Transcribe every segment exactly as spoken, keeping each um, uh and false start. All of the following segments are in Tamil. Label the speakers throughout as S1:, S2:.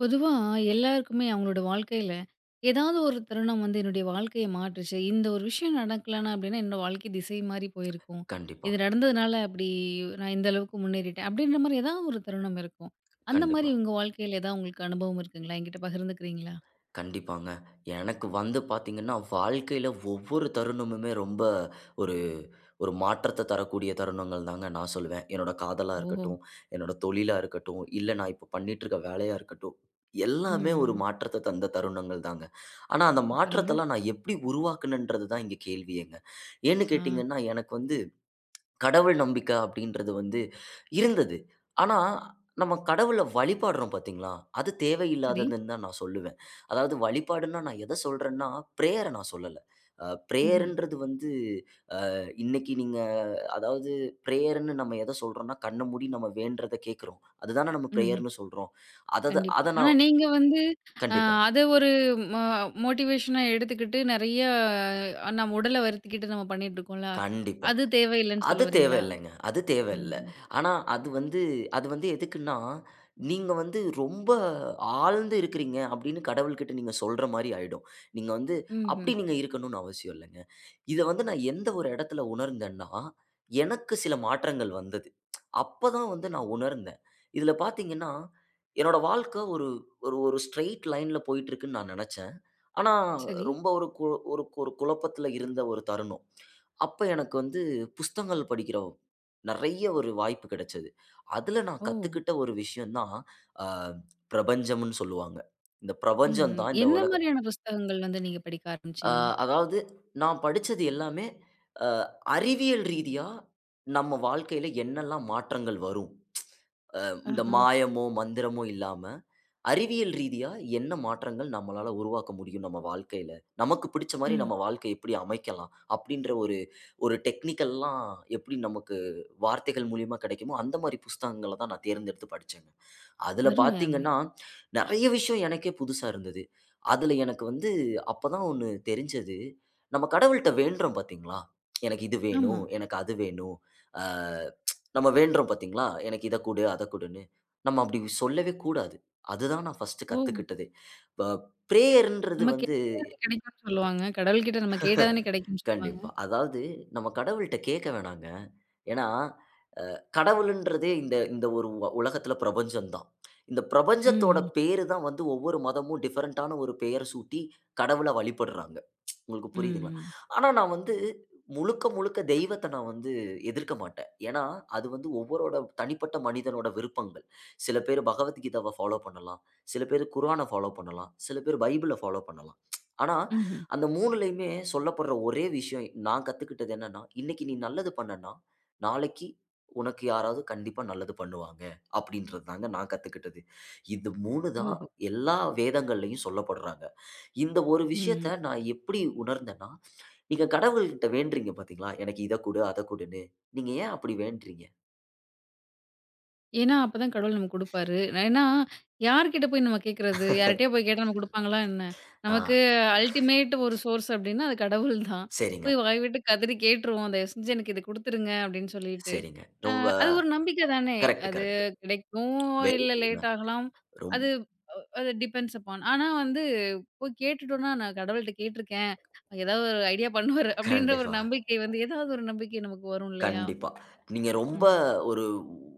S1: பொதுவா எல்லாருக்குமே அவங்களோட வாழ்க்கையில, ஏதாவது ஒரு தருணம் வந்து என்னுடைய வாழ்க்கைய மாற்றுச்சு. இந்த ஒரு விஷயம் நடக்கலனா அப்டின்னா, என்னோட வாழ்க்கை திசை மாறி போயிருக்கும்.
S2: கண்டிப்பா,
S1: இது நடந்ததுனால அப்டி நான் இந்த அளவுக்கு முன்னேறிட்டேன். அப்டின்ற மாரி ஏதாவது ஒரு தருணம் இருக்கும். அந்த மாரி
S2: கண்டிப்பா,
S1: உங்க வாழ்க்கையில ஏதாவது உங்களுக்கு அனுபவம் இருக்குங்களா? என்கிட்ட பகிர்ந்துக்கிறீங்களா?
S2: கண்டிப்பாங்க. எனக்கு வந்து பார்த்தீங்கன்னா, வாழ்க்கையில ஒவ்வொரு தருணமுமே ரொம்ப ஒரு ஒரு மாற்றத்த தரக்கூடிய தருணங்கள் தாங்க நான் சொல்லுவேன். என்னோட காதலா
S1: ஓஹோ!
S2: இருக்கட்டும், என்னோட தொழிலா இருக்கட்டும், இல்ல நான் இப்போ பண்ணிட்டுருக்க வேலையா இருக்கட்டும்,
S1: ம்.
S2: எல்லாமே ஒரு
S1: ம்.
S2: மாற்றத்த தந்த தருணங்கள் தாங்க. ஆனா, அந்த
S1: சூப்பருங்க.
S2: மாற்றத்தெல்லாம் நான் எப்படி உருவாக்குனேன்றது தான் இங்க கேள்வியேங்க. ஏன்னு
S1: ஆ
S2: கேட்டீங்கன்னா, எனக்கு வந்து கடவுள் நம்பிக்கை அப்படின்றது வந்து இருந்தது. ஆனா, நம்ம கடவுள வழிபடுறோம் பார்த்தீங்களா? அது
S1: சரி.
S2: தேவையில்லாததுன்னு தான் நான் சொல்லுவேன். அதாவது வழிபாடுன்னா நான் எத சொல்றேன்னா, பிரேயர நான் சொல்லல. அ
S1: ம்ஹ்ம்.
S2: பிரேயர்ன்றது வந்து இன்னைக்கு நீங்க அதாவது பிரேயர்ன்னு நம்ம எத சொல்றோம்னா, கண்ண மூடி நம்ம வேண்டுறத கேட்கிறோம். அதுதானே நம்ம
S1: ம்ஹ்ம்.
S2: பிரேயர்ன்னு சொல்றோம். அதத
S1: கண்டிப்பா.
S2: அத
S1: ஆனா
S2: நான்
S1: நீங்க வந்து அ
S2: கண்டிப்பா,
S1: அத ஒரு ம மோட்டிவேஷனா எடுத்துக்கிட்டு நெறைய நம்ம உடல வருத்திக்கிட்டு நம்ம பண்ணிட்டு இருக்கோம்ல.
S2: கண்டிப்பா.
S1: அது தேவையில்லன்னு சொல்ல
S2: அது
S1: வரீங்களா?
S2: தேவையில்லைங்க. அது தேவையில்ல.
S1: ம்ஹ்ம்.
S2: ஆனா, அது வந்து அது வந்து எதுக்குன்னா, நீங்க வந்து ரொம்ப ஆழ்ந்து இருக்கிறீங்க அப்படின்னு கடவுள்கிட்ட நீங்க சொல்ற மாரி ஆயிடும். நீங்க வந்து
S1: ம்ஹ்ம்.
S2: அப்படி நீங்க இருக்கணும்னு அவசியம் இல்லைங்க. இத வந்து நான் எந்த ஒரு இடத்துல உணர்ந்தேன்னா, எனக்கு சில மாற்றங்கள் வந்தது. அப்பதான் வந்து நான் உணர்ந்தேன். இதுல பார்த்தீங்கன்னா, என்னோட வாழ்க்கை ஒரு ஒரு ஒரு ஸ்ட்ரெய்ட் லைன்ல போயிட்டு இருக்குன்னு நான் நெனச்சேன். ஆனா,
S1: சரி.
S2: ரொம்ப ஒரு கு ஒரு ஒரு குழப்பத்துல இருந்த ஒரு தருணம். அப்ப எனக்கு வந்து புஸ்தகங்கள் படிக்கிற நெறைய ஒரு வாய்ப்பு கிடைச்சது. அதுல நான்
S1: ஓ!
S2: கத்துக்கிட்ட ஒரு விஷயம் தான், அ பிரபஞ்சம்ன்னு சொல்லுவாங்க. இந்த பிரபஞ்சம்
S1: ம்ஹ்ம்.
S2: தான் இந்த
S1: என்ன
S2: உலகம்.
S1: மாதிரியான புஸ்தகங்கள் வந்து நீங்க படிக்க
S2: அ
S1: ஆரம்பிச்சீங்க?
S2: அதாவது நான் படிச்சது எல்லாமே அ அறிவியல் ரீதியா நம்ம வாழ்க்கையில என்னெல்லாம் மாற்றங்கள் வரும். இந்த
S1: ஆஹா.
S2: மாயமோ, மந்திரமோ இல்லாம அறிவியல் ரீதியா என்ன மாற்றங்கள் நம்மளால உருவாக்க முடியும் நம்ம வாழ்க்கையில? நமக்கு பிடிச்ச மாரி
S1: ம்.
S2: நம்ம வாழ்க்கை எப்படி அமைக்கலாம்? அப்படின்ற ஒரு ஒரு டெக்னிக்கல்லாம் எப்படி நமக்கு வார்த்தைகள் மூலியமா கிடைக்குமோ, அந்த மாரி புஸ்தகங்கள தான் நான் தேர்ந்தெடுத்து படிச்சேங்க. அதுல
S1: அருமை, அருமை.
S2: பாத்தீங்கன்னா, நெறைய விஷயம் எனக்கே புதுசா இருந்தது. அதுல எனக்கு வந்து அப்பதான் ஒண்ணு தெரிஞ்சது. நம்ம கடவுள்ட்ட வேண்டுறோம் பாத்தீங்களா? எனக்கு இது
S1: ஆமா.
S2: வேணும், எனக்கு அது வேணும். ஆ நம்ம வேண்டுறோம் பாத்தீங்களா? எனக்கு இத குடு, அத குடுன்னு. நம்ம அப்படி சொல்லவே கூடாது. அதுதான் நான் ஃபர்ஸ்ட்டு
S1: ஓ!
S2: கத்துக்கிட்டதே. ப பிரேயர்ன்றது
S1: நம்ம
S2: வந்து
S1: கேட்டா தானே கிடைக்கும்னு சொல்லுவாங்க. கடவுள்கிட்ட நம்ம கேட்டா தானே கிடைக்கும்னு சொல்லுவாங்க.
S2: கண்டிப்பா. அதாவது நம்ம கடவுள்ட்ட கேட்க வேணாங்க. ஏன்னா கடவுளுன்றது இந்த இந்த ஒரு உ உலகத்தில பிரபஞ்சம் தான். இந்த பிரபஞ்சத்தோட
S1: ம்ஹ்ம்.
S2: பேரு தான் வந்து ஒவ்வொரு மதமும் டிஃபரண்டான ஒரு பெயர் சூட்டி கடவுள வழிபடுறாங்க. உங்களுக்கு புரியுதுங்களா?
S1: ம்ஹ்ம்.
S2: ஆனா நான் வந்து முழுக்க, முழுக்க தெய்வத்த நான் வந்து எதிர்க்க மாட்டேன். ஏன்னா, அது வந்து ஒவ்வொரோட தனிப்பட்ட மனிதனோட விருப்பங்கள். சில பேரு பகவத்கீதாவ ஃபாலோ பண்ணலாம். சில பேரு குரான ஃபாலோ பண்ணலாம். சில பேர் பைபிள ஃபாலோ பண்ணலாம். ஆனா,
S1: ம்ஹ்ம்.
S2: அந்த மூணுலயுமே சொல்லப்படுற ஒரே விஷயம் நான் கத்துக்கிட்டது என்னன்னா, இன்னைக்கு நீ நல்லது பண்ணனா, நாளைக்கு உனக்கு யாராவது கண்டிப்பா நல்லது பண்ணுவாங்க." அப்படின்றது தாங்க நான் கத்துக்கிட்டது. இது மூணு தான்
S1: ஓஹோ!
S2: எல்லா வேதங்கள்லயும் சொல்லப்படுறாங்க. இந்த ஒரு
S1: ம். ஓஹோ.
S2: விஷயத்த நான் எப்படி உணர்ந்தேன்னா, நீங்க கடவுள்கிட்ட வேண்டுறீங்க பார்த்தீங்களா? "எனக்கு இத குடு, அத குடுன்னு." நீங்க ஏன் அப்படி வேண்டுறீங்க?
S1: ஏன்னா, அப்பதான் கடவுள் நமக்கு குடுப்பாரு. ஏன்னா, யார்கிட்ட போய் நம்ம கேட்கறது? யார்ட்டயா போய் கேட்டா நமக்கு குடுப்பாங்களா என்ன?
S2: ஆ
S1: நமக்கு அல்டிமேட் ஒரு சோர்ஸ் அப்டின்னா, அது கடவுள் தான்.
S2: சரிங்க,
S1: போய் வாய் விட்டு கதறி கேட்டுருவோம். தயவு செஞ்சு எனக்கு இத குடுத்துருங்க அப்டின்னு சொல்லிட்டு.
S2: சரிங்க.
S1: அ
S2: ரொம்ப
S1: அது ஒரு நம்பிக்கை தானே.
S2: கரெக்ட்,
S1: அது
S2: கரெக்ட்.
S1: கிடைக்கும்,
S2: வெரி
S1: இல்ல
S2: குட்ங்க.
S1: லேட் ஆகலாம்.
S2: ரொம்
S1: அது அஹ், அது டிபெண்ட்ஸ் அப்பான். ஆனா வந்து போய் கேட்டுட்டோம்னா, நான் கடவுள்ட்ட கேட்டுருக்கேன். ஏதாவது ஒரு ஐடியா பண்ணுவாரு அப்டின்ற ஒரு
S2: கண்டிப்பா.
S1: நம்பிக்கை வந்து ஏதாவது ஒரு நம்பிக்கை நமக்கு வரும் இல்லையா?
S2: கண்டிப்பா. நீங்க ரொம்ப
S1: ம்ஹ்ம்.
S2: ஒரு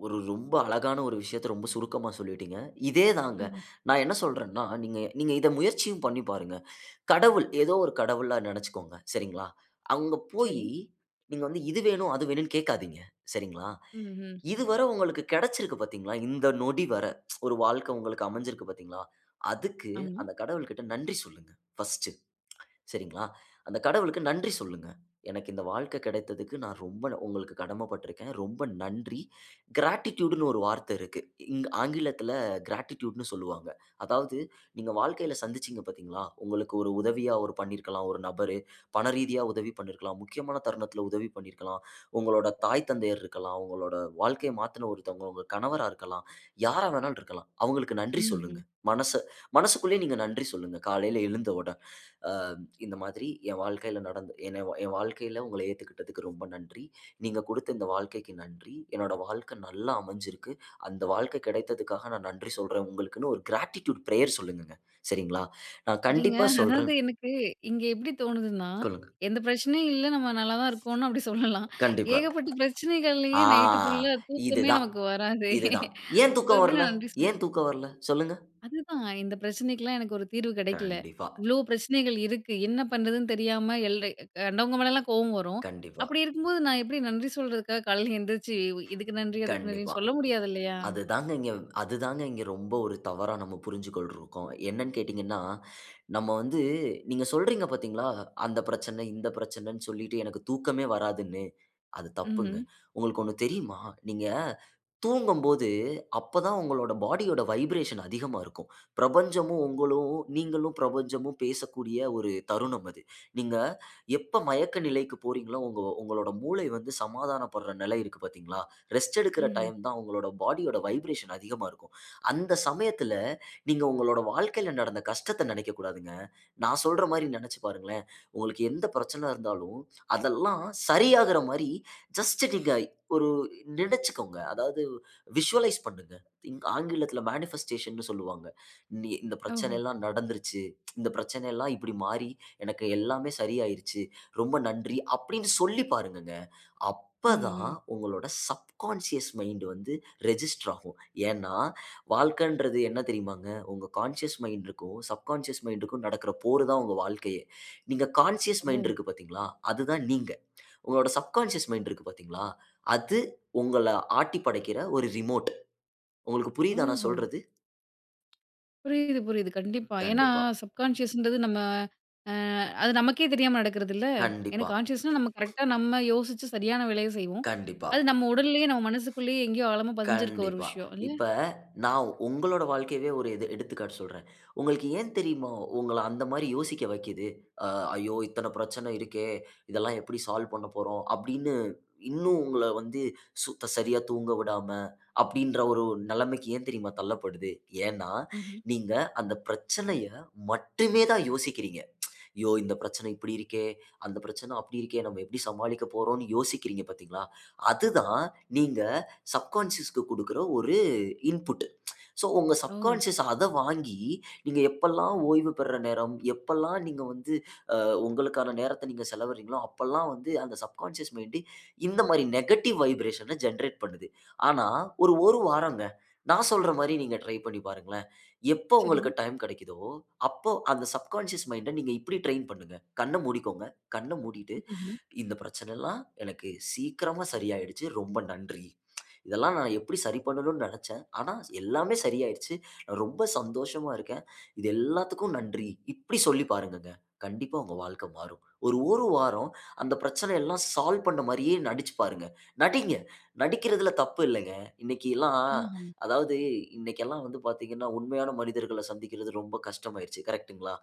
S2: ஒரு ரொம்ப அழகான ஒரு விஷயத்த ரொம்ப சுருக்கமா சொல்லிட்டீங்க. இதே தாங்க.
S1: ம்ஹ்ம்.
S2: நான் என்ன சொல்றேன்னா, நீங்க நீங்க இத முயற்சியும் பண்ணி பாருங்க. கடவுள் ஏதோ ஒரு கடவுளா நெனச்சுக்கோங்க. சரிங்களா? அங்க
S1: சரி.
S2: போயி நீங்க வந்து இது வேணும், அது வேணும்னு கேட்காதீங்க. சரிங்களா?
S1: ம்ஹ்ம்.
S2: இதுவர உங்களுக்கு கெடைச்சிருக்கு பார்த்தீங்களா? இந்த நொடி வர ஒரு வாழ்க்கை உங்களுக்கு அமைஞ்சிருக்கு பார்த்தீங்களா? அதுக்கு
S1: ஆமா.
S2: அந்த கடவுள்கிட்ட நன்றி சொல்லுங்க, ஃபர்ஸ்ட்டு. சரிங்களா? அந்த கடவுளுக்கு நன்றி சொல்லுங்க. எனக்கு இந்த வாழ்க்கை கிடைத்ததுக்கு நான் ரொம்ப ந- உங்களுக்கு கடமைப்பட்டுருக்கேன். ரொம்ப நன்றி. கிராட்டிட்யூடுன்னு ஒரு வார்த்தை இருக்கு. இங் ஆங்கிலத்தில கிராட்டிட்யூடுன்னு சொல்லுவாங்க. அதாவது நீங்க வாழ்க்கையில சந்திச்சீங்க பார்த்தீங்களா? உங்களுக்கு ஒரு உதவியா ஒரு பண்ணியிருக்கலாம் ஒரு நபரு. பண ரீதியா உதவி பண்ணியிருக்கலாம். முக்கியமான தருணத்தில உதவி பண்ணியிருக்கலாம். உங்களோட தாய் தந்தையர் இருக்கலாம். உங்களோட வாழ்க்கைய மாத்துன ஒருத்தவங்க உங்க கணவரா இருக்கலாம். யாரா வேணாலும் இருக்கலாம். அவங்களுக்கு நன்றி சொல்லுங்க.
S1: ம்ஹ்ம்.
S2: மனச மனசுக்குள்ளேயே நீங்க நன்றி சொல்லுங்க. காலையில எழுந்த உட அ இந்த மாதிரி என் வாழ்க்கையில நடந்து என்னை வா என் வாழ்க்கையில உங்கள ஏத்துக்கிட்டதுக்கு ரொம்ப நன்றி. நீங்க குடுத்த இந்த வாழ்க்கைக்கு நன்றி. என்னோட வாழ்க்கை நல்லா அமைஞ்சிருக்கு. அந்த வாழ்க்கை கிடைத்ததுக்காக நான் நன்றி சொல்றேன் உங்களுக்குன்னு ஒரு கிராட்டிட்யூட் பிரேயர் சொல்லுங்கங்க. சரிங்களா? நான்
S1: சரிங்க.
S2: கண்டிப்பா
S1: அதாவது
S2: சொல்றேன்.
S1: எனக்கு இங்க எப்படி தோணுதுன்னா,
S2: சொல்லுங்க.
S1: எந்த பிரச்சனையும் இல்ல. நம்ம நல்லா தான் இருக்கோம்னு அப்படி சொல்லலாம்.
S2: கண்டிப்பா.
S1: ஏகப்பட்ட பிரச்சனைகள்லயே நைட்டு
S2: ஆ
S1: ஃபுல்லா தூக்கமே
S2: இதுதான்,
S1: நமக்கு வராதே!
S2: இதுதான். ஏன்
S1: அப்ப
S2: தூக்கம்
S1: எப்படி
S2: வரல?
S1: நான் நன்றி
S2: ஏன்
S1: சொல்லுவேன்?
S2: தூக்கம் வரல? சொல்லுங்க.
S1: அதுதான் இந்த பிரச்சனைக்கெல்லாம் எனக்கு ஒரு தீர்வு கிடைக்கல.
S2: கண்டிப்பா,
S1: இவ்ளோ பிரச்சனைகள் இருக்கு. என்ன பண்றதுன்னு தெரியாம எல்லை கண்டவங்க மேலலாம் கோவம் வரும்.
S2: கண்டிப்பா,
S1: அப்படி இருக்கும்போது நான் எப்படி நன்றி சொல்றதுக்காக காலையில எந்திரிச்சு இதுக்கு நன்றி, அதுக்கு
S2: கண்டிப்பா.
S1: நன்றின்னு சொல்ல முடியாது இல்லையா?
S2: அதுதாங்க இங்க அதுதாங்க இங்க ரொம்ப ஒரு தவறா நம்ம புரிஞ்சுக்கொள்ருக்கோம். என்னன்னு கேட்டீங்கன்னா, நம்ம வந்து நீங்க சொல்றீங்க பார்த்தீங்களா? அந்த பிரச்சனை, இந்த பிரச்சனைன்னு சொல்லிட்டு எனக்கு தூக்கமே வராதுன்னு. அது
S1: ம்ஹ்ம்.
S2: தப்புங்க. உங்களுக்கு ஒண்ணு தெரியுமா? நீங்க தூங்கும்போது அப்பதான் உங்களோட பாடியோட வைப்ரேஷன் அதிகமா இருக்கும். பிரபஞ்சமும் உங்களும் நீங்களும் பிரபஞ்சமும் பேசக்கூடிய ஒரு தருணம் அது. நீங்க எப்ப மயக்க நிலைக்கு போறீங்களோ, உங்க உங்களோட மூளை வந்து சமாதானப்படுற நிலை இருக்கு பார்த்தீங்களா? ரெஸ்ட் எடுக்கிற
S1: ம்ஹ்ம்.
S2: டைம் தான் உங்களோட பாடியோட வைப்ரேஷன் அதிகமா இருக்கும். அந்த சமயத்துல நீங்க உங்களோட வாழ்க்கையில நடந்த கஷ்டத்த நெனைக்கக் கூடாதுங்க. நான் சொல்ற மாரி நெனச்சு பாருங்களேன். உங்களுக்கு எந்த பிரச்சனை இருந்தாலும், அதெல்லாம் சரியாகுற மாரி ஜஸ்ட் நீங்க ஒரு நினைச்சுக்கோங்க. அதாவது விஷுவலைஸ் பண்ணுங்க. இங் ஆங்கிலத்துல மேனிஃபெஸ்டேஷன்னு சொல்லுவாங்க. நீ இந்த
S1: ஓஹோ!
S2: பிரச்சனைலாம் நடந்துருச்சு. இந்த பிரச்சனைலாம் இப்படி மாறி எனக்கு எல்லாமே சரியாயிருச்சு. ரொம்ப நன்றி அப்படின்னு சொல்லி பாருங்கங்க.
S1: ம்,
S2: அப்பதான்
S1: ம்.
S2: உங்களோட சப்கான்ஷியஸ் மைண்ட் வந்து ரெஜிஸ்டர் ஆகும். ஏன்னா, வாழ்க்கன்றது என்ன தெரியுமாங்க? உங்க கான்ஷியஸ் மைண்ட் இருக்கும், சப்கான்ஷியஸ் மைண்டுக்கும் நடக்கிற போர் தான் உங்க வாழ்க்கையே. நீங்க கான்ஷியஸ்
S1: ஓ!
S2: மைண்ட் இருக்கு பார்த்தீங்களா? அதுதான் நீங்க. உங்களோட சப்கான்ஷியஸ் மைண்ட் இருக்கு பார்த்தீங்களா? அது உங்கள ஆட்டி படைக்கிற ஒரு ரிமோட். உங்களுக்கு புரியுதா நான்
S1: ஓஹோ!
S2: சொல்றது?
S1: புரியுது, புரியுது. கண்டிப்பா. ஏன்னா
S2: கண்டிப்பா,
S1: சப்கான்ஷியஸ்ன்றது நம்ம அ அது நமக்கே தெரியாம நடக்கிறதுல்ல. ஏன்னா
S2: கண்டிப்பா,
S1: கான்ஷியஸ்னா நம்ம கரெக்ட்டா நம்ம யோசிச்சு சரியான வேலைய செய்வோம்.
S2: கண்டிப்பா.
S1: அது நம்ம உடல்லயே, நம்ம மனசுக்குள்ளேயே எங்கேயோ ஆழமா பதிஞ்சிருக்க ஒரு
S2: கண்டிப்பா.
S1: விஷயம் இல்ல?
S2: இப்ப நான் உங்களோட வாழ்க்கையவே ஒரு இது எடுத்துக்காட்டு சொல்றேன். உங்களுக்கு ஏன் தெரியுமா உங்கள அந்த மாரி யோசிக்க வைக்கிது? அ ஐயோ! இத்தன பிரச்சனை இருக்கே! இதெல்லாம் எப்படி சால்வ் பண்ண போறோம்? அப்படின்னு இன்னும் உங்கள வந்து சு சரியா தூங்க விடாம, அப்படின்ற ஒரு நிலைமைக்கு ஏன் தெரியுமா தள்ளப்படுது? ஏன்னா,
S1: ம்ஹ்ம்.
S2: நீங்க அந்த பிரச்சனைய மட்டுமே தான் யோசிக்கிறீங்க. ஐயோ! இந்த பிரச்சனை இப்படி இருக்கே, அந்த பிரச்சனை அப்படி இருக்கே, நம்ம எப்படி சமாளிக்க போறோம்ன்னு யோசிக்கிறீங்க பார்த்தீங்களா? அதுதான் நீங்க சப்கான்ஷியஸ்க்கு குடுக்குற ஒரு இன்புட். ஸோ உங்க
S1: ஓ!
S2: சப்கான்ஷியஸ் அத வாங்கி, நீங்க எப்பல்லாம் ஓய்வு பெற நேரம், எப்பல்லாம் நீங்க வந்து அ உங்களுக்கான நேரத்த நீங்க செலவிடுறீங்களோ, அப்பல்லாம் வந்து அந்த சப்கான்ஷியஸ் மைண்ட் இந்த மாரி நெகட்டிவ் வைப்ரேஷன ஜெனரேட் பண்ணுது. ஆனா ஒரு 1 வாரங்க. நான் சொல்ற மாரி நீங்க ட்ரை பண்ணி பாருங்களேன். எப்ப
S1: சரிங்க.
S2: உங்களுக்கு டைம் கிடைக்குதோ அப்போ அந்த சப்கான்ஷியஸ் மைண்ட நீங்க இப்படி ட்ரெயின் பண்ணுங்க. கண்ண மூடிக்கோங்க. கண்ண மூடிட்டு
S1: ம்ஹ்ம்.
S2: இந்த பிரச்சனைலாம் எனக்கு சீக்கிரமா சரியாயிடுச்சு. ரொம்ப நன்றி. இதெல்லாம் நான் எப்படி சரி பண்ணணும்னு நெனச்சேன். ஆனா எல்லாமே சரியாயிடுச்சு. நான் ரொம்ப சந்தோஷமா இருக்கேன். இது எல்லாத்துக்கும் நன்றி. இப்படி சொல்லி பாருங்கங்க. கண்டிப்பா உங்க வாழ்க்கை மாறும். ஒரு, ஒரு வாரம் அந்த பிரச்சனை எல்லாம் சால்வ் பண்ண மாரியே நடிச்சு பாருங்க. நடிங்க. நடிக்கிறதுல தப்பு இல்லங்க. இன்னைக்கிலாம்
S1: ஆஹா.
S2: அதாவது இன்னைக்கெல்லாம் வந்து பாத்தீங்கன்னா, உண்மையான மனிதர்கள சந்திக்கிறது ரொம்ப கஷ்டமாயிருச்சு. கரெக்ட்டுங்களா?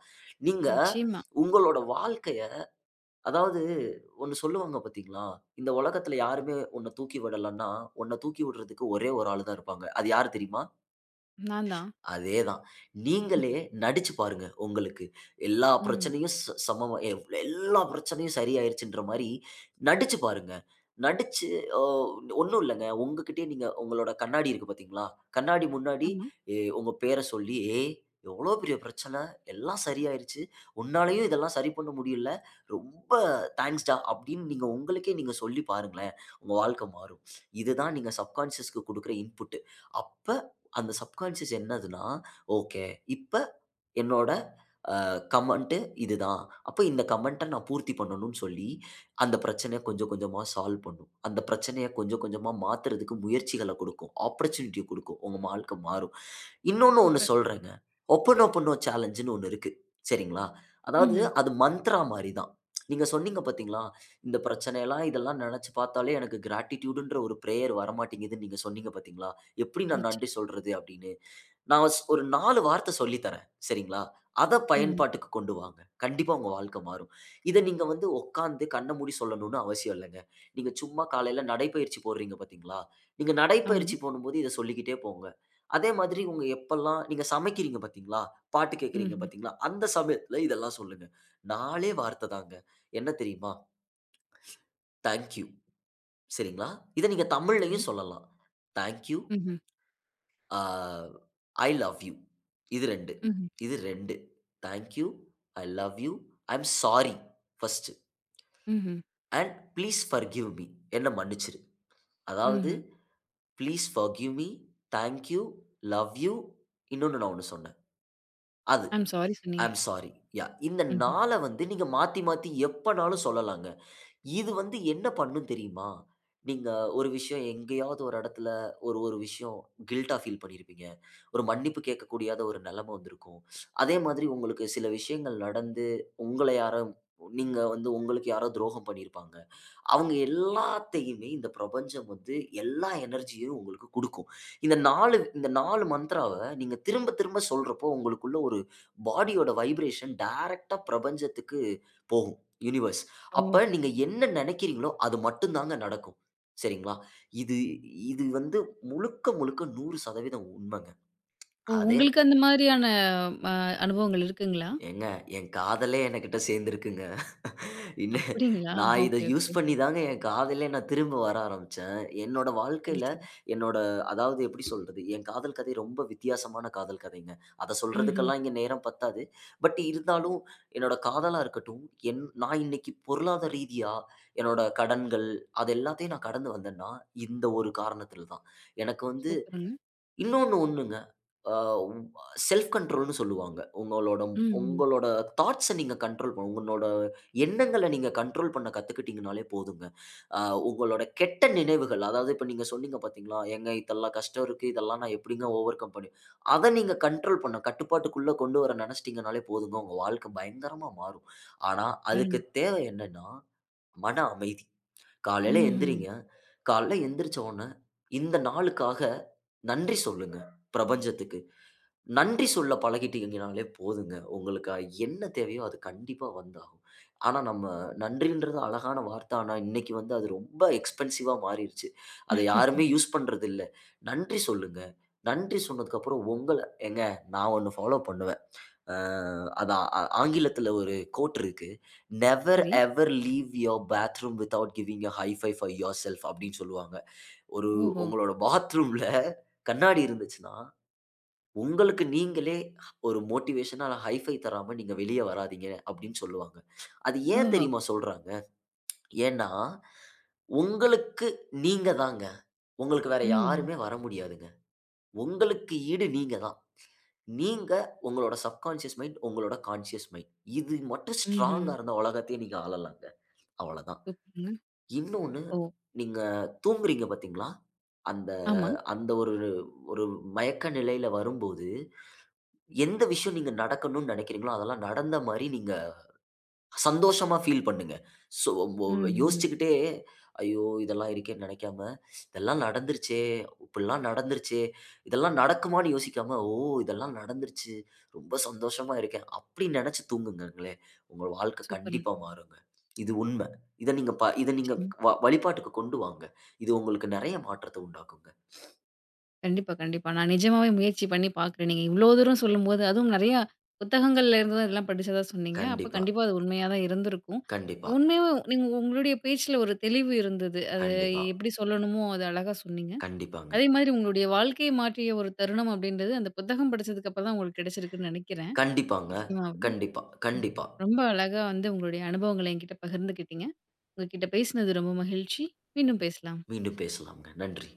S2: நீங்க
S1: நிச்சயமா.
S2: உங்களோட வாழ்க்கைய அதாவது ஒண்ணு சொல்லுவாங்க பாத்தீங்களா? இந்த உலகத்துல யாருமே உன்ன தூக்கி விடலன்னா, உன்ன தூக்கி விடுறதுக்கு ஒரே ஒரு ஆள் தான் இருப்பாங்க. அது யாரு தெரியுமா?
S1: நான் தான்.
S2: அதேதான். நீங்களே நடிச்சு பாருங்க. உங்களுக்கு எல்லா
S1: ம்.
S2: பிரச்சனையும் ச சமமா எவ் எல்லா பிரச்சனையும் சரியாயிருச்சுன்ற மாரி நடிச்சு பாருங்க. நடிச்சு ஓ ஒண்ணும் இல்லங்க. உங்ககிட்டயே நீங்க உங்களோட கண்ணாடி இருக்கு பார்த்தீங்களா? கண்ணாடி முன்னாடி
S1: ஆமா.
S2: எ உங்க பேர சொல்லி, "ஏய்! எவ்ளோ பெரிய பிரச்சனை. எல்லாம் சரியாயிருச்சு. உன்னாலயும் இதெல்லாம் சரி பண்ண முடியல. ரொம்ப தேங்க்ஸ் டா" அப்படின்னு நீங்க உங்களுக்கே நீங்க சொல்லி பாருங்களேன். உங்க வாழ்க்கை மாறும். இதுதான் நீங்க சப்கான்ஷியஸ்க்கு குடுக்குற இன்புட். அப்ப அந்த சப்கான்ஷியஸ் என்னதுன்னா, ஓகே. இப்ப என்னோட கமெண்ட் இதுதான். அப்ப இந்த கமெண்ட்ட நான் பூர்த்தி பண்ணணும்னு சொல்லி, அந்த பிரச்சனைய கொஞ்சம் கொஞ்சமா சால்வ் பண்ணும். அந்த பிரச்சனைய கொஞ்சம் கொஞ்சமா மாத்துறதுக்கு முயற்சிகள குடுக்கும். ஆப்பர்ட்யூனிட்டிய குடுக்கும். உங்க வாழ்க்கை மாறும். இன்னொன்னு ஒண்ணு
S1: சூப்பர்.
S2: சொல்றேங்க. ஒப்பனோ பண்ணோ சேலஞ்சுன்னு ஒண்ணு இருக்கு. சரிங்களா? அதாவது
S1: ம்ஹ்ம்.
S2: அது மந்த்ரா மாரி தான். நீங்க சொன்னீங்க பார்த்தீங்களா? இந்த பிரச்சனையெல்லாம் இதெல்லாம் நெனச்சு பார்த்தாலே எனக்கு கிராட்டிட்யூடுன்ற ஒரு பிரேயர் வரமாட்டேங்குதுன்னு நீங்க சொன்னீங்க பார்த்தீங்களா? எப்படி நான் நன்றி
S1: நிச்சயம்.
S2: சொல்றது அப்படின்னு. நான் ஸ் ஒரு நாலு வார்த்த சொல்லி தரேன். சரிங்களா? அத
S1: ம்.
S2: பயன்பாட்டுக்கு கொண்டு வாங்க. கண்டிப்பா உங்க வாழ்க்கை மாறும். இத நீங்க வந்து உட்கார்ந்து கண்ண மூடி சொல்லணும்னு அவசியம் இல்லங்க. நீங்க சும்மா காலையில நடைப்பயிற்சி போடுறீங்க பார்த்தீங்களா? நீங்க
S1: ஆமா.
S2: நடைப்பயிற்சி போடும்போது இத சொல்லிக்கிட்டே போங்க. அதே மாதிரி உங்க எப்பல்லாம் நீங்க சமைக்கிறீங்க பார்த்தீங்களா? பாட்டு கேட்கிறீங்க
S1: ம்ஹ்ம்.
S2: பார்த்தீங்களா? அந்த சமயத்துல இதெல்லாம் சொல்லுங்க. நாலு வார்த்தை தாங்க. என்ன தெரியுமா? Thank you. சரிங்களா? இத நீங்க
S1: சரி.
S2: தமிழ்லயும் சொல்லலாம். Thank you.
S1: ம்ஹ்ம்.
S2: ஆ ஐ லவ் யூ. இது ரெண்டு
S1: ம்ஹ்ம்.
S2: இது ரெண்டு thank you. I love you. I am sorry first
S1: ம்ஹ்ம்.
S2: And please forgive me. என்ன மன்னிச்சிரு. அதாவது
S1: ம்ஹ்ம்.
S2: Please forgive me, thank you, love you. இன்னொன்னு நான் ஒண்ணு சொன்னேன். அது
S1: ஐ அம் சாரி சொன்னீங்க.
S2: I'm sorry. யா. இந்த
S1: ம்ஹ்ம்.
S2: நாள வந்து நீங்க மாத்தி, மாத்தி எப்பனாலும் சொல்லலாங்க. இது வந்து என்ன பண்ணும் தெரியுமா? நீங்க ஒரு விஷயம் எங்கேயாவது ஒரு இடத்துல ஒரு ஒரு விஷயம் கில்ட்டா ஃபீல் பண்ணியிருப்பீங்க. ஒரு மன்னிப்பு கேட்க கூடியாத ஒரு நிலைமை வந்திருக்கும். அதே மாதிரி உங்களுக்கு சில விஷயங்கள் நடந்து, உங்கள யாரோ நீங்க வந்து உங்களுக்கு யாரோ துரோகம் பண்ணியிருப்பாங்க. அவங்க எல்லாத்தையுமே இந்த பிரபஞ்சம் வந்து எல்லா எனர்ஜியும் உங்களுக்கு குடுக்கும். இந்த நாலு இந்த நாலு மந்த்ராவ நீங்க திரும்ப திரும்ப சொல்றப்போ, உங்களுக்குள்ள ஒரு பாடியோட வைப்ரேஷன் டைரக்ட்டா பிரபஞ்சத்துக்கு போகும். யுனிவர்ஸ்.
S1: ஓ!
S2: அப்ப நீங்க என்ன நெனைக்கிறீங்களோ, அது மட்டும் தாங்க நடக்கும். சரிங்களா? இது இது வந்து முழுக்க முழுக்க நூறு சதவீதம் உண்மங்க.
S1: ஓ!
S2: அதே
S1: உங்களுக்கு அந்த மாரியான அ அனுபவங்கள் இருக்குங்களா?
S2: ஏங்க என் காதலே என்கிட்ட சேர்ந்திருக்குங்க. இன்ன
S1: அப்படிங்களா?
S2: நான் இத
S1: ஓகே,
S2: யூஸ்
S1: ஓகே.
S2: பண்ணி தாங்க என் காதலே நான் திரும்ப வர ஆரம்பிச்சேன். என்னோட
S1: சரி,
S2: வாழ்க்கையில
S1: சரி.
S2: என்னோட அதாவது எப்படி சொல்றது? என் காதல் கதை ரொம்ப வித்தியாசமான காதல் கதைங்க. அத
S1: ம்ஹ்ம்.
S2: சொல்றதுக்கெல்லாம் இங்க நேரம் பத்தாது. பட் இருந்தாலும் என்னோட காதலா இருக்கட்டும், என் நான் இன்னைக்கு பொருளாதார ரீதியா என்னோட கடன்கள் அது எல்லாத்தையும் நான் கடந்து வந்தேன்னா, இந்த ஒரு காரணத்தில தான். எனக்கு வந்து
S1: சூப்பருங்க.
S2: இன்னொன்னு ஒண்ணுங்க. அ செல்ஃப் கண்ட்ரோல்ன்னு சொல்லுவாங்க. உங்களோட
S1: ம்ஹ்ம்.
S2: உங்களோட தாட்ஸ நீங்க கண்ட்ரோல் பண்ண உங்களோட எண்ணங்கள நீங்க கண்ட்ரோல் பண்ண கத்துக்கிட்டீங்கனாலே போதுங்க. அ உங்களோட கெட்ட நினைவுகள் அதாவது இப்ப நீங்க சொன்னீங்க பார்த்தீங்களா, "ஏங்க இதெல்லாம் கஷ்டம் இருக்கு. இதெல்லாம் நான் எப்படிங்க ஓவர் கம் பண்ணி" அத நீங்க கண்ட்ரோல் பண்ண கட்டுப்பாட்டுக்குள்ள கொண்டு வர நெனச்சிட்டீங்கனாலே போதுங்க. உங்க வாழ்க்கை பயங்கரமா மாறும். ஆனா அதுக்கு
S1: அருமை.
S2: தேவை என்னன்னா மன அமைதி. காலையில
S1: ம்ஹ்ம்.
S2: எந்திரிங்க. காலையில எந்திரிச்ச உடனே, இந்த நாளுக்காக நன்றி சொல்லுங்க பிரபஞ்சத்துக்கு. நன்றி சொல்ல பழகிட்டீங்கனாலே போதுங்க. உங்களுக்கு என்ன தேவையோ அது கண்டிப்பா வந்தாகும். ஆனா நம்ம நன்றின்றது அழகான வார்த்தை. ஆனா இன்னைக்கு வந்து அது ரொம்ப எக்ஸ்பென்சிவா மாறிருச்சு. அத யாருமே யூஸ் பண்றதில்ல. நன்றி சொல்லுங்க. நன்றி சொன்னதுக்கப்புறம் உங்கள ஏங்க நான் ஒண்ணு ஃபாலோ பண்ணுவேன். அ அதான் ஆ ஆங்கிலத்துல ஒரு கோட் இருக்கு. "நெவர்
S1: சரி.
S2: Ever leave your bathroom without giving a high five for yourself" அப்படின்னு சொல்லுவாங்க. ஒரு
S1: ஓஹோ!
S2: உங்களோட பாத்ரூம்ல கண்ணாடி இருந்துச்சுன்னா, உங்களுக்கு நீங்களே ஒரு மோட்டிவேஷனா ஹை ஃபைவ் தராம நீங்க வெளிய வராதீங்க அப்படின்னு சொல்லுவாங்க. அது ஏன்
S1: ஓஹோ!
S2: தெரியுமா சொல்றாங்க? ஏன்னா, உங்களுக்கு நீங்க தாங்க. உங்களுக்கு வேற
S1: ம்.
S2: யாருமே வர முடியாதுங்க. உங்களுக்கு ஈடு நீங்க தான். நீங்க உங்களோட சப்கான்ஷியஸ் மைண்ட், உங்களோட கான்ஷியஸ் மைண்ட். இது மட்டும்
S1: ம்ஹ்ம்.
S2: ஸ்ட்ராங்கா இருந்தா உலகத்தையே நீங்க ஆளலாங்க. அவ்வளதான்.
S1: சூப்பருங்க.
S2: இன்னொன்னு
S1: ஓ!
S2: நீங்க தூங்குறீங்க பார்த்தீங்களா? அந்த
S1: ஆமா.
S2: அந்த ஒரு ஒரு மயக்க நிலையில வரும்போது, எந்த விஷயம் நீங்க நடக்கணும்னு நெனைக்கிறீங்களோ, அதெல்லாம் நடந்த மாரி நீங்க சந்தோஷமா ஃபீல் பண்ணுங்க. சோ ஒ
S1: ம்ஹ்ம்.
S2: யோசிச்சுக்கிட்டே, ஐயோ! இதெல்லாம் இருக்கேன்னு நெனைக்காம, இதெல்லாம் நடந்துருச்சே! இப்பிடிலாம் நடந்துருச்சே! இதெல்லாம் நடக்குமான்னு யோசிக்காம, ஓ! இதெல்லாம் நடந்துருச்சு. ரொம்ப சந்தோஷமா இருக்கேன். அப்பிடி நெனச்சு தூங்குங்கங்களேன்! உங்க வாழ்க்கை
S1: சூப்பருங்க.
S2: கண்டிப்பா மாறுங்க. இது உண்ம. இத நீங்க ப இத நீங்க
S1: நிச்சயமா.
S2: வ வழிபாட்டுக்கு கொண்டு வாங்க. இது உங்களுக்கு நெறைய மாற்றத்த உண்டாக்குங்க.
S1: கண்டிப்பா, கண்டிப்பா. நான் நிஜமாவே முயற்சி பண்ணி பார்க்குறேன். நீங்க இவ்ளோ தூரம் சொல்லும்போது, அதுவும் நெறையா புத்தகங்கள்ல இருந்து தான் இதெல்லாம் படிச்சதா சொன்னீங்க. அப்ப
S2: கண்டிப்பா,
S1: கண்டிப்பா அது உண்மையா தான் இருந்திருக்கும்.
S2: கண்டிப்பா,
S1: உண்மையாவே நீங்க உங்களுடைய பேச்சுல ஒரு தெளிவு இருந்தது. அது
S2: கண்டிப்பா,
S1: எப்படி சொல்லணுமோ, அது அழகா சொன்னீங்க.
S2: கண்டிப்பாங்க.
S1: அதே மாதிரி உங்களுடைய வாழ்க்கைய மாற்றிய ஒரு தருணம் அப்படின்றது, அந்த புத்தகம் படிச்சதுக்கு அப்புறம் தான் உங்களுக்கு கிடைச்சிருக்குன்னு நெனைக்கிறேன்.
S2: கண்டிப்பாங்க.
S1: நிச்சயமாவே.
S2: கண்டிப்பா, கண்டிப்பா.
S1: ரொம்ப அழகா வந்து உங்களுடைய அனுபவங்கள என்கிட்ட பகிர்ந்துக்கிட்டீங்க. உங்ககிட்ட பேசினது ரொம்ப மகிழ்ச்சி. மீண்டும் பேசலாம்.
S2: மீண்டும் பேசலாம்ங்க. நன்றி.